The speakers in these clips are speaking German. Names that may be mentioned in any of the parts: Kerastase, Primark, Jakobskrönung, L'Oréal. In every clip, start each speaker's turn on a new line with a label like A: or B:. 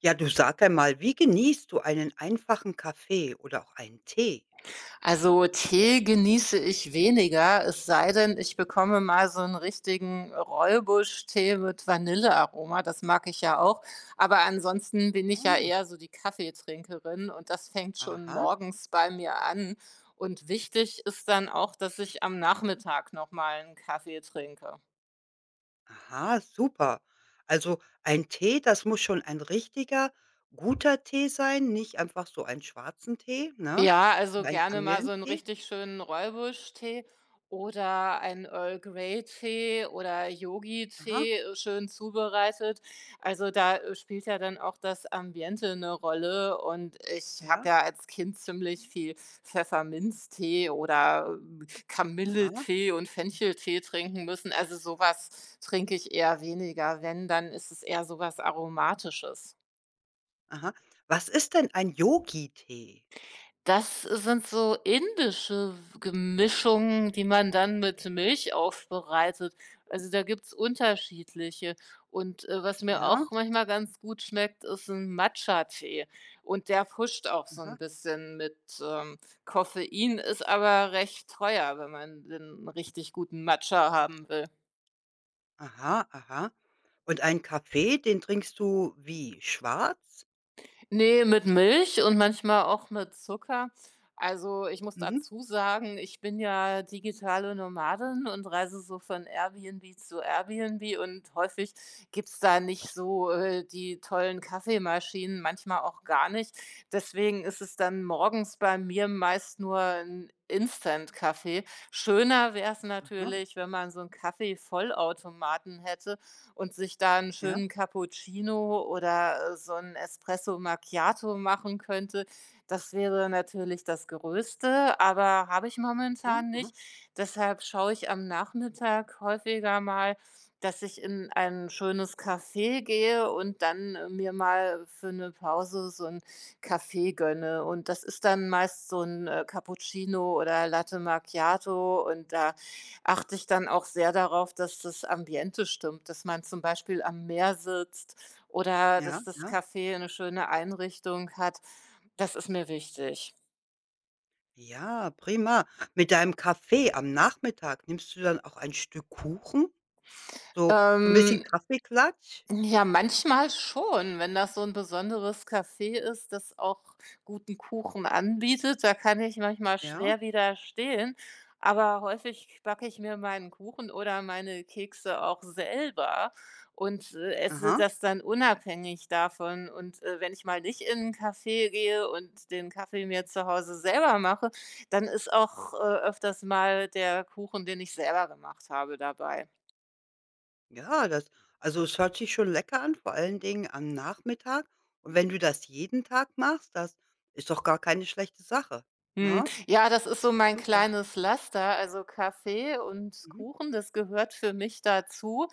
A: Ja, du sag einmal, wie genießt du einen einfachen Kaffee oder auch einen Tee?
B: Also Tee genieße ich weniger, es sei denn, ich bekomme mal so einen richtigen Rooibos-Tee mit Vanillearoma, das mag ich ja auch. Aber ansonsten bin ich ja
A: Hm,
B: eher so die Kaffeetrinkerin und das fängt schon
A: aha,
B: morgens bei mir an. Und wichtig ist dann auch, dass ich am Nachmittag noch mal 'n Kaffee trinke.
A: aha, super. Also ein Tee, das muss schon ein richtiger, guter Tee sein, nicht einfach so ein schwarzen Tee, ne?
B: Ja, also
A: Oder ein
B: gerne mal so 'n
A: Kamillentee.
B: richtig schönen Rooibos-Tee oder einen Earl Grey Tee oder
A: Aha,
B: Yogi-Tee, schön zubereitet. Also, da spielt ja dann auch das Ambiente eine Rolle und ich habe
A: ja,
B: ja als Kind ziemlich viel Pfefferminztee oder
A: aha,
B: Kamilletee und Fencheltee trinken müssen. Also, sowas trinke ich eher weniger. Wenn, dann ist es eher sowas Aromatisches.
A: aha. Was ist denn ein Yogi-Tee?
B: Das sind so indische Gemischungen, die man dann mit Milch aufbereitet. Also, da gibt's unterschiedliche. Und was mir
A: Ja,
B: auch manchmal ganz gut schmeckt, ist ein Matcha-Tee. Und der pusht auch so ein
A: aha,
B: bisschen mit ähm, Koffein, ist aber recht teuer, wenn man den richtig guten Matcha haben will.
A: aha, aha. Und einen Kaffee, den trinkst du wie? Schwarz?
B: Nee, mit Milch und manchmal auch mit Zucker. Also, ich muss
A: Mhm,
B: dazu sagen, ich bin ja digitale Nomadin und reise so von Airbnb zu Airbnb und häufig gibt's da nicht so die tollen Kaffeemaschinen, manchmal auch gar nicht. Deswegen ist es dann morgens bei mir meist nur 'n Instant-Kaffee. Schöner wäre es
A: aha,
B: natürlich, wenn man so einen Kaffee-Vollautomaten hätte, und sich da einen
A: ja,
B: schönen Cappuccino oder so ein Espresso Macchiato machen könnte. Das wäre natürlich das Größte, aber habe ich
A: aha,
B: momentan
A: aha,
B: nicht. Deshalb schaue ich am Nachmittag häufiger mal, dass ich in ein schönes Café gehe und dann mir mal für eine Pause so einen Kaffee gönne. Und das ist dann meist so ein Cappuccino oder Latte Macchiato und da achte ich dann auch sehr darauf, dass das Ambiente stimmt, dass man zum Beispiel am Meer sitzt oder
A: ja,
B: dass das
A: ja.
B: Café eine schöne Einrichtung hat. Das ist mir wichtig.
A: Ja, prima. Mit deinem Kaffee am Nachmittag, nimmst du dann auch ein Stück Kuchen? So 'n bisschen
B: Ähm,
A: Kaffeeklatsch?
B: Ja, manchmal schon, wenn das so ein besonderes Café ist, das auch guten Kuchen anbietet, da kann ich manchmal
A: Ja,
B: schwer widerstehen, aber häufig backe ich mir meinen Kuchen oder meine Kekse auch selber und esse
A: aha.
B: das dann unabhängig davon und wenn ich mal nicht in 'n Café gehe und den Kaffee mir zu Hause selber mache, dann ist auch öfters mal der Kuchen, den ich selber gemacht habe, dabei.
A: Ja, das also, es hört sich schon lecker an, vor allen Dingen am Nachmittag. Und wenn du das jeden Tag machst, das ist doch gar keine schlechte Sache,
B: Hm,
A: ne?
B: ja, das ist so mein
A: Super.
B: kleines Laster. Also Kaffee und
A: Mhm.
B: Kuchen, das gehört für mich dazu.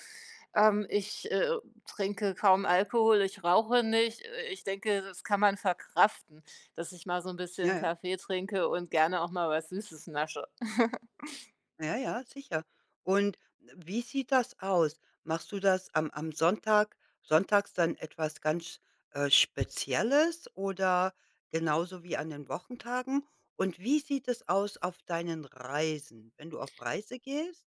B: Ich trinke kaum Alkohol, ich rauche nicht. Ich denke, das kann man verkraften, dass ich mal so ein
A: Ja,
B: bisschen
A: ja.
B: Kaffee trinke und gerne auch mal was Süßes nasche.
A: Ja, ja, sicher. Und wie sieht das aus? Machst du das am sonntags dann etwas ganz, Spezielles oder genauso wie an den Wochentagen? Und wie sieht es aus auf deinen Reisen? Wenn du auf Reise gehst,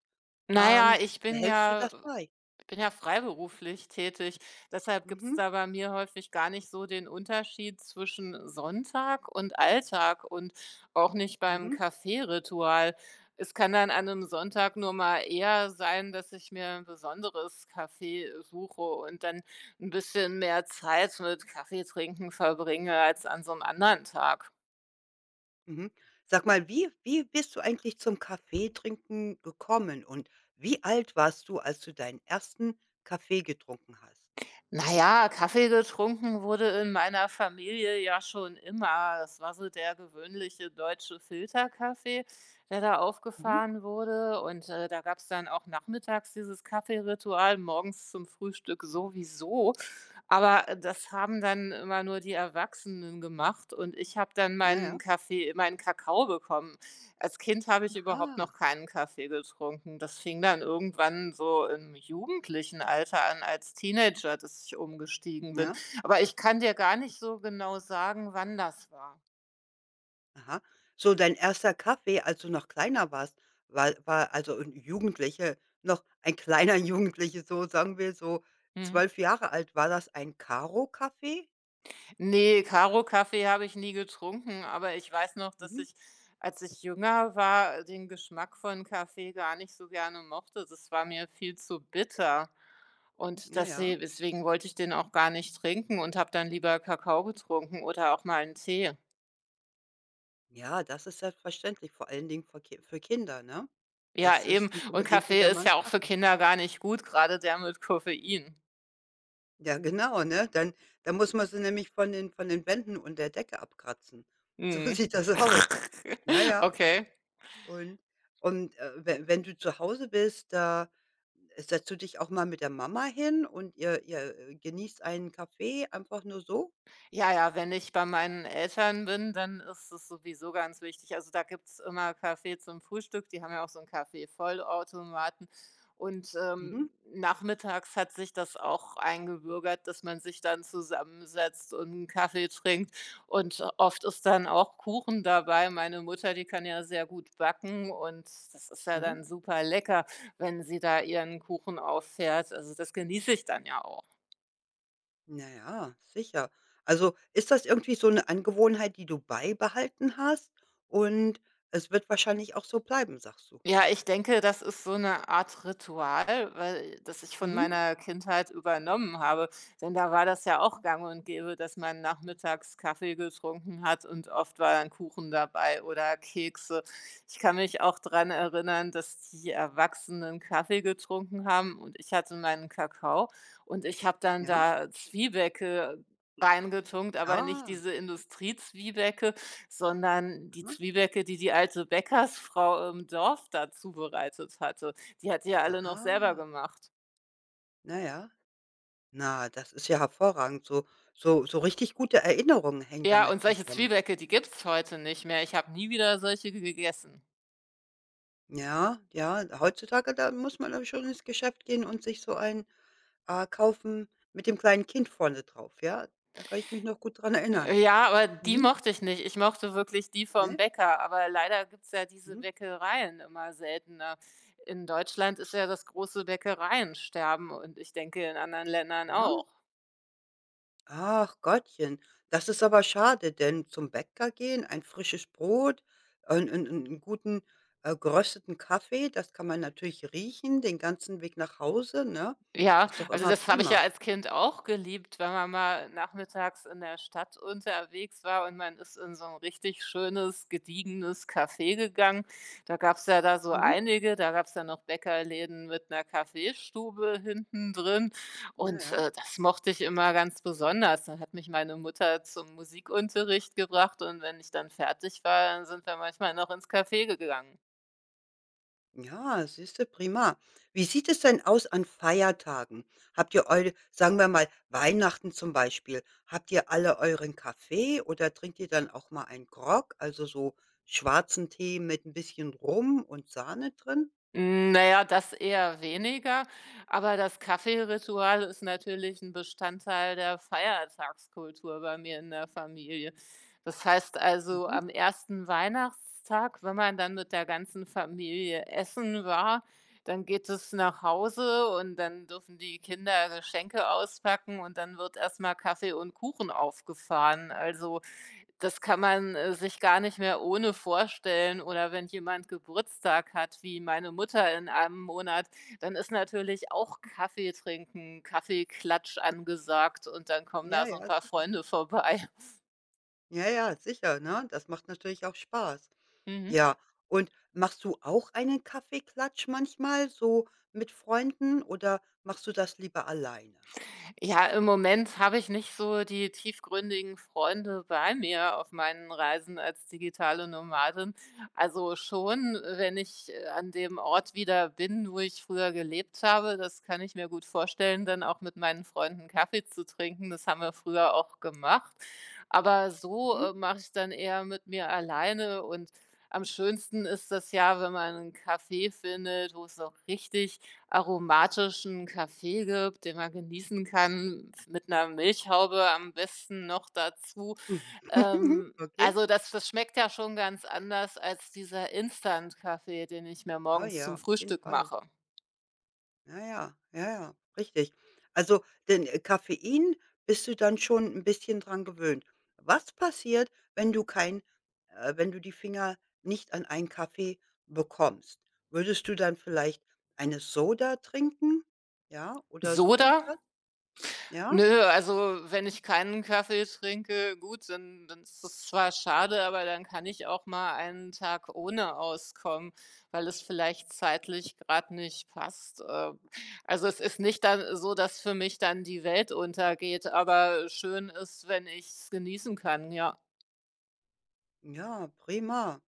B: Naja,
A: ähm,
B: ich bin
A: behältst du
B: ja
A: das bei?
B: Ich bin ja freiberuflich tätig. Deshalb gibt es
A: Mhm,
B: da bei mir häufig gar nicht so den Unterschied zwischen Sonntag und Alltag und auch nicht beim
A: mhm,
B: Kaffeeritual. Es kann dann an einem Sonntag nur mal eher sein, dass ich mir ein besonderes Kaffee suche und dann ein bisschen mehr Zeit mit Kaffee trinken verbringe als an so einem anderen Tag.
A: mhm. Sag mal, wie bist du eigentlich zum Kaffee trinken gekommen und wie alt warst du, als du deinen ersten Kaffee getrunken hast?
B: Na ja, Kaffee getrunken wurde in meiner Familie ja schon immer. Das war so der gewöhnliche deutsche Filterkaffee, der da
A: Mhm.
B: aufgefahren wurde. Und da gab es dann auch nachmittags dieses Kaffeeritual, morgens zum Frühstück sowieso. Aber das haben dann immer nur die Erwachsenen gemacht. Und ich habe dann
A: Ja,
B: meinen
A: ja.
B: Kaffee, meinen Kakao bekommen. Als Kind habe ich überhaupt noch
A: Aha.
B: keinen Kaffee getrunken. Das fing dann irgendwann so im jugendlichen Alter an, als Teenager, dass ich umgestiegen bin.
A: Ja,
B: Aber ich kann dir gar nicht so genau sagen, wann das war.
A: aha. So dein erster Kaffee, als du noch kleiner warst, war also ein Jugendliche, noch ein kleiner Jugendliche, so sagen wir so
B: Mhm.
A: 12 Jahre alt. War das ein Karo-Kaffee?
B: Ne, Karo-Kaffee habe ich nie getrunken, aber ich weiß noch, dass
A: Mhm.
B: ich, als ich jünger war, den Geschmack von Kaffee gar nicht so gerne mochte. Das war mir viel zu bitter. Und
A: Ja,
B: das
A: ja.
B: deswegen wollte ich den auch gar nicht trinken und habe dann lieber Kakao getrunken oder auch mal einen Tee.
A: Ja, das ist selbstverständlich, vor allen Dingen vor Ki für Kinder, ne? Das
B: Ja, eben.
A: ist nicht
B: Und
A: unbedingt
B: Kaffee ist ja
A: jedermanns
B: auch für
A: Sache.
B: Kinder gar nicht gut, gerade der mit Koffein.
A: Ja, genau, ne? Dann muss man sie nämlich von den Wänden und der Decke abkratzen. So
B: Mhm.
A: sieht das aus. Ja, ja.
B: Okay.
A: Und und, we wenn du zu Hause bist, da setzt du dich auch mal mit der Mama hin und ihr genießt einen Kaffee einfach nur so?
B: Ja, ja, wenn ich bei meinen Eltern bin, dann ist es sowieso ganz wichtig. Also da gibt es immer Kaffee zum Frühstück. Die haben ja auch so einen Kaffee-Vollautomaten. Und,
A: Mhm,
B: ähm, nachmittags hat sich das auch eingebürgert, dass man sich dann zusammensetzt und 'n Kaffee trinkt. Und oft ist dann auch Kuchen dabei. Meine Mutter, die kann ja sehr gut backen und das ist ja
A: mhm.
B: dann super lecker, wenn sie da ihren Kuchen auffährt. Also das genieße ich dann ja auch.
A: Na ja, sicher. Also, ist das irgendwie so eine Angewohnheit, die du beibehalten hast und es wird wahrscheinlich auch so bleiben, sagst du?
B: Ja, ich denke, das ist so eine Art Ritual, weil das ich von
A: Mhm,
B: meiner Kindheit übernommen habe. Denn da war das ja auch gang und gäbe, dass man nachmittags Kaffee getrunken hat und oft war dann Kuchen dabei oder Kekse. Ich kann mich auch dran erinnern, dass die Erwachsenen Kaffee getrunken haben und ich hatte meinen Kakao und ich habe dann
A: ja.
B: da Zwiebäcke reingetunkt, aber nicht
A: Ah,
B: diese Industriezwiebäcke, sondern die
A: aha,
B: Zwiebäcke, die die alte Bäckersfrau im Dorf da zubereitet hatte. Die hat die ja alle noch
A: aha.
B: selber gemacht.
A: Na ja. Na, das ist ja hervorragend. So richtig gute Erinnerungen hängen
B: Ja,
A: damit
B: und solche
A: zusammen.
B: Zwiebäcke, die gibt's heute nicht mehr. Ich habe nie wieder solche gegessen.
A: Ja, ja, heutzutage, da muss man aber schon ins Geschäft gehen und sich so ein kaufen mit dem kleinen Kind vorne drauf, ja? Da kann ich mich noch gut dran erinnern.
B: Ja, aber die
A: Mhm.
B: mochte ich nicht. Ich mochte wirklich die vom
A: Ne?
B: Bäcker, aber leider gibt's ja diese
A: Mhm.
B: Bäckereien immer seltener. In Deutschland ist ja das große Bäckereiensterben und ich denke in anderen Ländern
A: Ja?
B: auch.
A: Ach Gottchen, das ist aber schade, denn zum Bäcker gehen, ein frisches Brot, einen 'n guten, gerösteten Kaffee, das kann man natürlich riechen den ganzen Weg nach Hause, ne?
B: Ja,
A: Ist doch
B: also
A: immer
B: das habe ich
A: prima.
B: ja als Kind auch geliebt, wenn man mal nachmittags in der Stadt unterwegs war und man ist in so ein richtig schönes, gediegenes Café gegangen. Da gab's ja da so
A: Mhm.
B: einige, da gab's ja noch Bäckerläden mit einer Kaffeestube hinten drin
A: Ja,
B: und,
A: ja.
B: äh, das mochte ich immer ganz besonders. Dann hat mich meine Mutter zum Musikunterricht gebracht und wenn ich dann fertig war, dann sind wir manchmal noch ins Café gegangen.
A: Ja, siehste, prima. Wie sieht es denn aus an Feiertagen? Habt ihr eure sagen wir mal, Weihnachten zum Beispiel, habt ihr alle euren Kaffee oder trinkt ihr dann auch mal einen Grog, also so schwarzen Tee mit ein bisschen Rum und Sahne drin?
B: Na ja, das eher weniger, aber das Kaffeeritual ist natürlich ein Bestandteil der Feiertagskultur bei mir in der Familie. Das heißt also,
A: Mhm.
B: am ersten Weihnachtstag, wenn man dann mit der ganzen Familie essen war, dann geht es nach Hause und dann dürfen die Kinder Geschenke auspacken und dann wird erstmal Kaffee und Kuchen aufgefahren. Also, das kann man, sich gar nicht mehr ohne vorstellen oder wenn jemand Geburtstag hat, wie meine Mutter in einem Monat, dann ist natürlich auch Kaffee trinken, Kaffeeklatsch angesagt und dann kommen
A: Ja,
B: da so ein
A: ja,
B: paar
A: sicher.
B: Freunde vorbei.
A: Ja, ja, sicher, ne? Das macht natürlich auch Spaß.
B: Mhm.
A: Ja, und machst du auch einen Kaffeeklatsch manchmal so mit Freunden oder machst du das lieber alleine?
B: Ja, im Moment habe ich nicht so die tiefgründigen Freunde bei mir auf meinen Reisen als digitale Nomadin. Also schon, wenn ich an dem Ort wieder bin, wo ich früher gelebt habe, das kann ich mir gut vorstellen, dann auch mit meinen Freunden Kaffee zu trinken. Das haben wir früher auch gemacht. Aber so,
A: Mhm.
B: äh, mache ich dann eher mit mir alleine und am schönsten ist das ja, wenn man einen Kaffee findet, wo es auch richtig aromatischen Kaffee gibt, den man genießen kann, mit einer Milchhaube am besten noch dazu.
A: Okay.
B: Also das das schmeckt ja schon ganz anders als dieser Instant-Kaffee, den ich mir
A: Ah
B: morgens
A: ja,
B: zum
A: auf jeden
B: Frühstück
A: Fall.
B: mache.
A: Ja, ja, ja, ja, richtig. Also, denn, Koffein bist du dann schon ein bisschen dran gewöhnt. Was passiert, wenn du kein wenn du die Finger nicht an einen Kaffee bekommst? Würdest du dann vielleicht eine Soda trinken? Ja, oder so irgendwas?
B: Soda.
A: Ja?
B: Nö, also wenn ich keinen Kaffee trinke, gut, dann ist es zwar schade, aber dann kann ich auch mal einen Tag ohne auskommen, weil es vielleicht zeitlich gerade nicht passt. Also, es ist nicht dann so, dass für mich dann die Welt untergeht, aber schön ist, wenn ich es genießen kann, ja.
A: Ja, prima.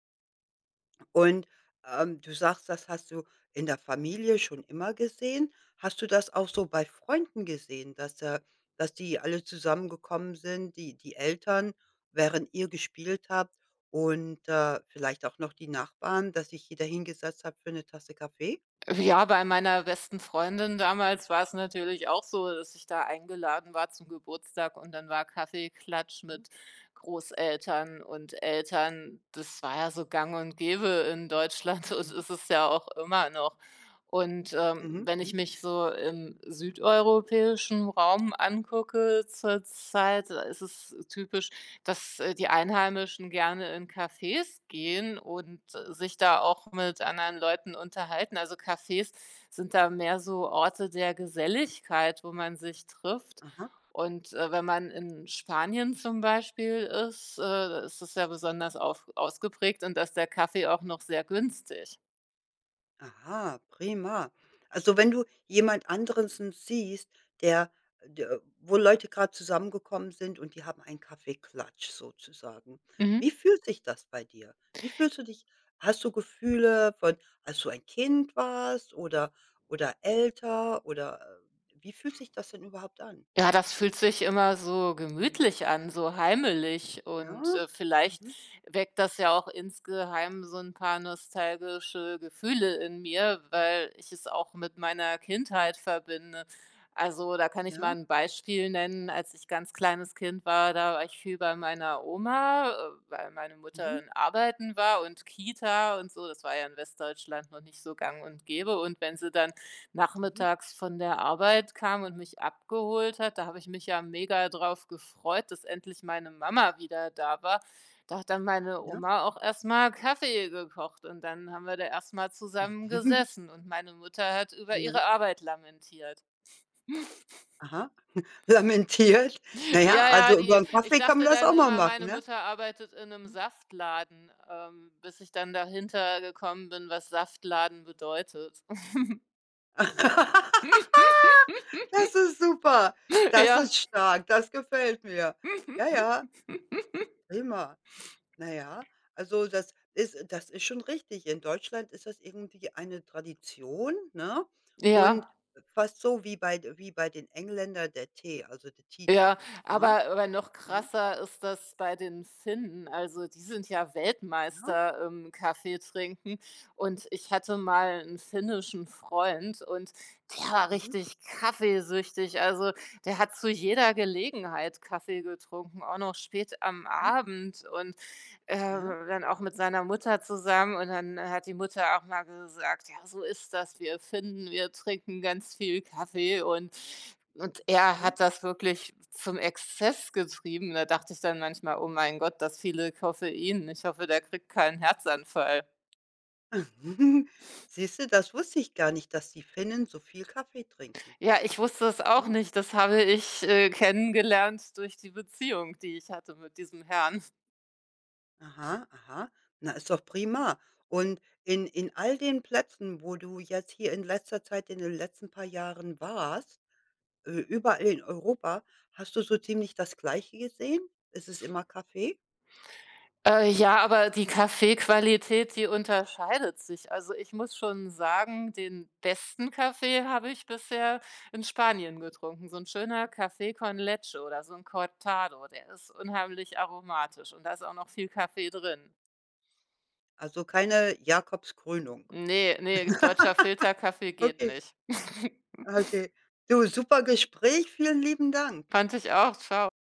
A: Und, du sagst, das hast du in der Familie schon immer gesehen. Hast du das auch so bei Freunden gesehen, dass die alle zusammengekommen sind, die Eltern, während ihr gespielt habt und, vielleicht auch noch die Nachbarn, dass sich jeder hingesetzt hat für eine Tasse Kaffee?
B: Ja, bei meiner besten Freundin damals war es natürlich auch so, dass ich da eingeladen war zum Geburtstag und dann war Kaffeeklatsch
A: Mhm,
B: mit Großeltern und Eltern. Das war ja so gang und gäbe in Deutschland und
A: mhm.
B: ist es ja auch immer noch. Und
A: Mhm,
B: wenn
A: mhm,
B: ich mich so im südeuropäischen Raum angucke zurzeit, da ist es typisch, dass die Einheimischen gerne in Cafés gehen und sich da auch mit anderen Leuten unterhalten. Also, Cafés sind da mehr so Orte der Geselligkeit, wo man sich trifft.
A: aha.
B: Und, wenn man in Spanien zum Beispiel ist es ja besonders auf ausgeprägt und da ist der Kaffee auch noch sehr günstig.
A: Aha, prima. Also, wenn du jemand anderen siehst, der der wo Leute gerade zusammengekommen sind und die haben einen Kaffeeklatsch sozusagen.
B: Mhm.
A: Wie fühlt sich das bei dir? Wie fühlst du dich? Hast du Gefühle von als du ein Kind warst oder älter oder, wie fühlt sich das denn überhaupt an?
B: Ja, das fühlt sich immer so gemütlich an, so heimelig und,
A: Ja?
B: äh, vielleicht
A: Mhm.
B: weckt das ja auch insgeheim so ein paar nostalgische Gefühle in mir, weil ich es auch mit meiner Kindheit verbinde. Also, da kann ich mal
A: Ja.
B: ein Beispiel nennen. Als ich ganz kleines Kind war, da war ich viel bei meiner Oma, weil meine
A: Mhm.
B: Mutter in Arbeiten war und Kita und so. Das war ja in Westdeutschland noch nicht so gang und gäbe und wenn sie dann
A: Mhm.
B: nachmittags von der Arbeit kam und mich abgeholt hat. Da habe ich mich ja mega drauf gefreut, dass endlich meine Mama wieder da war. Da hat dann meine
A: Ja.
B: Oma auch erstmal Kaffee gekocht und dann haben wir da erstmal zusammen gesessen und meine Mutter hat über ihre
A: Ja.
B: Arbeit lamentiert.
A: Aha. Lamentiert. Na ja,
B: Ja, ja,
A: also über
B: die
A: einen
B: Ich
A: Kaffee kann man
B: dachte
A: das
B: dann
A: auch mal
B: immer,
A: machen,
B: meine
A: ne?
B: Mutter arbeitet in einem Saftladen, bis ich dann dahinter gekommen bin, was Saftladen bedeutet.
A: Das ist super. Das
B: Ja.
A: ist stark. Das gefällt mir. Ja, ja, prima. Na ja, also das ist schon richtig. In Deutschland ist das irgendwie eine Tradition, ne? Und
B: Ja.
A: fast so wie bei den Engländern der Tee, also der Tea
B: Ja,
A: Time, ne?
B: aber noch
A: Ja,
B: krasser ist das bei den Finnen. Also, die sind ja
A: ja.
B: Weltmeister im Kaffee trinken und ich hatte mal einen finnischen Freund und der war
A: Mhm,
B: richtig kaffeesüchtig. Also, der hat zu jeder Gelegenheit Kaffee getrunken, auch noch spät am
A: mhm,
B: Abend und
A: ja,
B: dann auch mit seiner Mutter zusammen und dann hat die Mutter auch mal gesagt: „Ja, so ist das. Wir Finnen, wir trinken ganz viel Kaffee und er
A: mhm.
B: hat das wirklich zum Exzess getrieben. Da dachte ich dann manchmal: „Oh mein Gott, das viele Koffein. Ich hoffe, der kriegt keinen Herzanfall.“
A: Siehst du, das wusste ich gar nicht, dass die Finnen so viel Kaffee trinken.
B: Ja, ich wusste es auch
A: Mhm.
B: nicht. Das habe ich, kennengelernt durch die Beziehung, die ich hatte mit diesem Herrn.
A: Aha, aha. Na, ist doch prima. Und in all den Plätzen, wo du jetzt hier in letzter Zeit in den letzten paar Jahren warst, überall in Europa, hast du so ziemlich das Gleiche gesehen? Ist es immer Kaffee?
B: Ja, aber die Kaffeequalität, die unterscheidet sich. Also, ich muss schon sagen, den besten Kaffee habe ich bisher in Spanien getrunken. So ein schöner Kaffee con Leche oder so ein Cortado, der ist unheimlich aromatisch und da ist auch noch viel Kaffee drin.
A: Also, keine Jakobskrönung.
B: Ne, ne, deutscher Filterkaffee geht
A: Okay,
B: nicht.
A: okay. Du, super Gespräch. Vielen lieben Dank.
B: Fand ich auch. Tschau.